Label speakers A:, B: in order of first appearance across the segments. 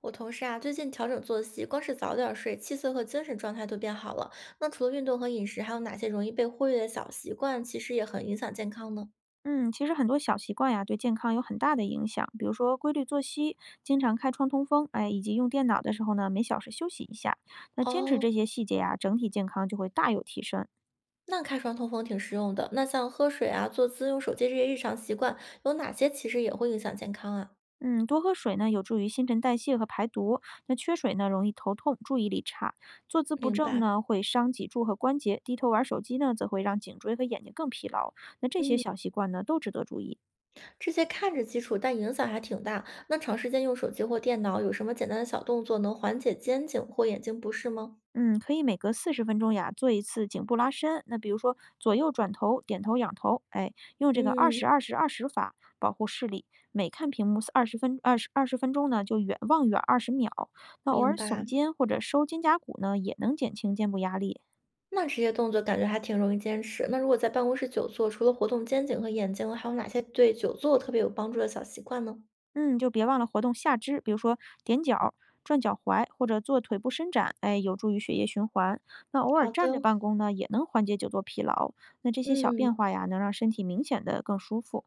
A: 我同事啊，最近调整作息，光是早点儿睡，气色和精神状态都变好了。那除了运动和饮食，还有哪些容易被忽略的小习惯，其实也很影响健康呢？
B: 嗯，其实很多小习惯呀，对健康有很大的影响。比如说规律作息，经常开窗通风，哎，以及用电脑的时候呢，每小时休息一下。那坚持
A: 哦，
B: 这些细节呀，整体健康就会大有提升。
A: 那开窗通风挺实用的。那像喝水啊、坐姿、用手机这些日常习惯，有哪些其实也会影响健康啊？
B: 嗯，多喝水呢，有助于新陈代谢和排毒。那缺水呢，容易头痛、注意力差。坐姿不
A: 明
B: 正
A: 白。
B: 呢，会伤脊柱和关节；低头玩手机呢，则会让颈椎和眼睛更疲劳。那这些
A: 嗯，
B: 小习惯呢，都值得注意。
A: 这些看着基础，但影响还挺大。那长时间用手机或电脑，有什么简单的小动作能缓解肩颈或眼睛不适吗？
B: 嗯，可以每隔40分钟呀做一次颈部拉伸。那比如说左右转头、点头、仰头，哎，用这个二十
A: 嗯，
B: 二十二十法保护视力。每看屏幕二十分钟呢，就远望远20秒。那偶尔
A: 明
B: 耸
A: 白。
B: 肩或者收肩胛骨呢，也能减轻肩部压力。
A: 那这些动作感觉还挺容易坚持。那如果在办公室久坐，除了活动肩颈和眼睛，还有哪些对久坐特别有帮助的小习惯呢？
B: 嗯，就别忘了活动下肢，比如说踮脚、转脚踝或者做腿部伸展，哎，有助于血液循环。那偶尔
A: 好
B: 站
A: 的，
B: 着办公呢，也能缓解久坐疲劳。那这些小变
A: 嗯，
B: 化呀，能让身体明显的更舒服。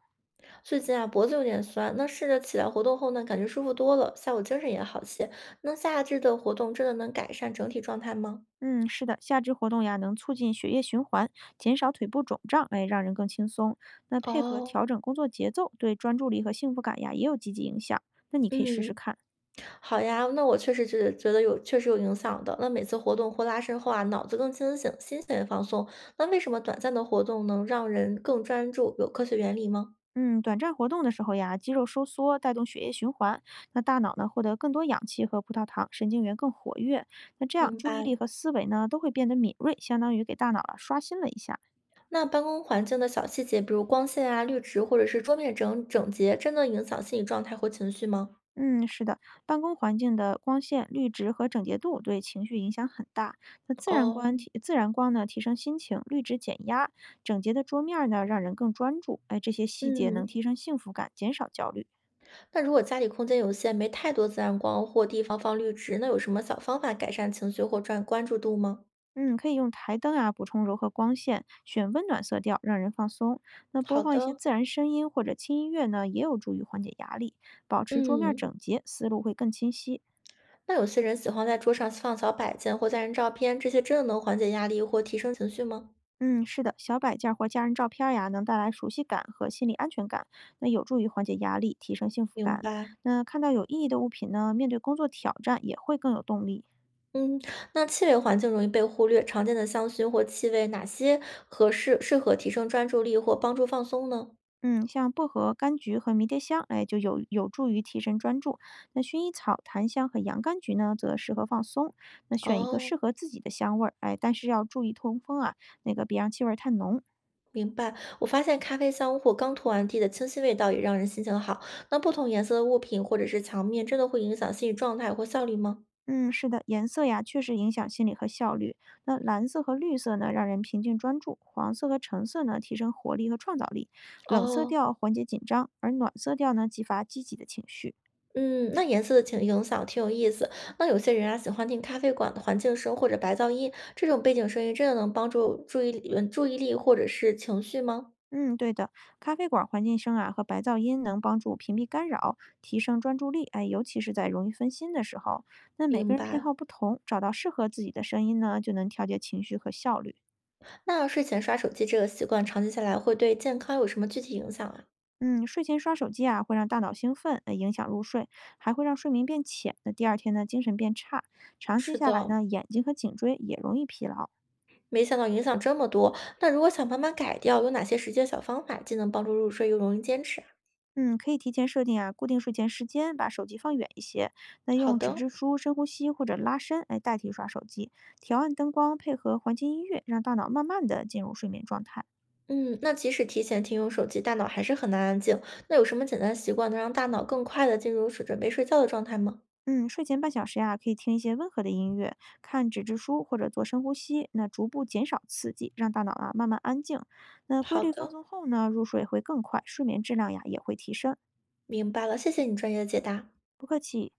A: 最近啊脖子有点酸，那试着起来活动后呢，感觉舒服多了，下午精神也好些。那下肢的活动真的能改善整体状态吗？
B: 嗯，是的，下肢活动呀，能促进血液循环，减少腿部肿胀，哎，让人更轻松。那配合
A: 哦，
B: 调整工作节奏，对专注力和幸福感呀也有积极影响。那你可以试试
A: 嗯，
B: 看。
A: 好呀，那我确实是觉得有，确实有影响的。那每次活动或拉伸后啊，脑子更清醒，心情也放松。那为什么短暂的活动能让人更专注？有科学原理吗？
B: 嗯，短暂活动的时候呀，肌肉收缩带动血液循环，那大脑呢获得更多氧气和葡萄糖，神经元更活跃。那这样
A: 明
B: 注意
A: 白。
B: 力和思维呢都会变得敏锐，相当于给大脑啊刷新了一下。
A: 那办公环境的小细节，比如光线啊、绿植或者是桌面整洁，真的影响心理状态和情绪吗？
B: 嗯，是的，办公环境的光线、绿植和整洁度对情绪影响很大。那
A: 哦，
B: 自然光呢，提升心情；绿植减压，整洁的桌面儿呢，让人更专注。哎，这些细节能
A: 嗯，
B: 提升幸福感，减少焦虑。
A: 那如果家里空间有限，没太多自然光或地方放绿植，那有什么小方法改善情绪或转关注度吗？
B: 嗯，可以用台灯啊，补充柔和光线，选温暖色调，让人放松。那播
A: 好
B: 放一些
A: 的，
B: 自然声音或者轻音乐呢，也有助于缓解压力，保持桌面儿
A: 嗯，
B: 整洁，思路会更清晰。
A: 那有些人喜欢在桌上放小摆件或家人照片，这些真的能缓解压力或提升情绪吗？
B: 嗯，是的，小摆件儿或家人照片儿呀，能带来熟悉感和心理安全感，那有助于缓解压力，提升幸福
A: 明
B: 感。
A: 白。
B: 那看到有意义的物品呢，面对工作挑战也会更有动力。
A: 嗯，那气味环境容易被忽略，常见的香薰或气味哪些适合提升专注力或帮助放松呢？
B: 嗯，像薄荷、柑橘和迷迭香，哎，就有助于提神专注。那薰衣草、檀香和洋甘菊呢，则适合放松。那选一个
A: 哦，
B: 适合自己的香味儿，哎，但是要注意通风啊，那个别让气味儿太浓。
A: 明白。我发现咖啡香或刚拖完地的清新味道也让人心情好。那不同颜色的物品或者是墙面，真的会影响心理状态或效率吗？
B: 嗯，是的，颜色呀，确实影响心理和效率。那蓝色和绿色呢，让人平静专注；黄色和橙色呢，提升活力和创造力；冷色
A: 哦，
B: 调缓解紧张，而暖色调呢，激发积极的情绪。
A: 嗯，那颜色的挺影响挺有意思。那有些人啊喜欢听咖啡馆的环境声或者白噪音，这种背景声音真的能帮助注意力或者是情绪吗？
B: 嗯，对的，咖啡馆环境声啊和白噪音能帮助屏蔽干扰，提升专注力。哎，尤其是在容易分心的时候，那每个
A: 明
B: 人偏
A: 白。
B: 好不同，找到适合自己的声音呢，就能调节情绪和效率。
A: 那睡前刷手机这个习惯，长期下来会对健康有什么具体影响啊？
B: 嗯，睡前刷手机啊，会让大脑兴奋，影响入睡，还会让睡眠变浅。那第二天呢，精神变差，长期
A: 是
B: 下来
A: 的，
B: 呢，眼睛和颈椎也容易疲劳。
A: 没想到影响这么多，那如果想慢慢改掉，有哪些实际的小方法既能帮助入睡又容易坚持啊？
B: 嗯，可以提前设定啊，固定睡前时间，把手机放远一些。那
A: 好
B: 用纸
A: 的，
B: 质书、深呼吸或者拉伸来代替刷手机，调暗灯光，配合环境音乐，让大脑慢慢的进入睡眠状态。
A: 嗯，那即使提前停用手机，大脑还是很难安静。那有什么简单的习惯能让大脑更快的进入准备睡觉的状态吗？
B: 嗯，睡前半小时呀，可以听一些温和的音乐，看纸质书或者做深呼吸，那逐步减少刺激，让大脑啊慢慢安静。那规
A: 好
B: 律放
A: 的，
B: 松后呢，入睡会更快，睡眠质量呀也会提升。
A: 明白了，谢谢你专业的解答。
B: 不客气。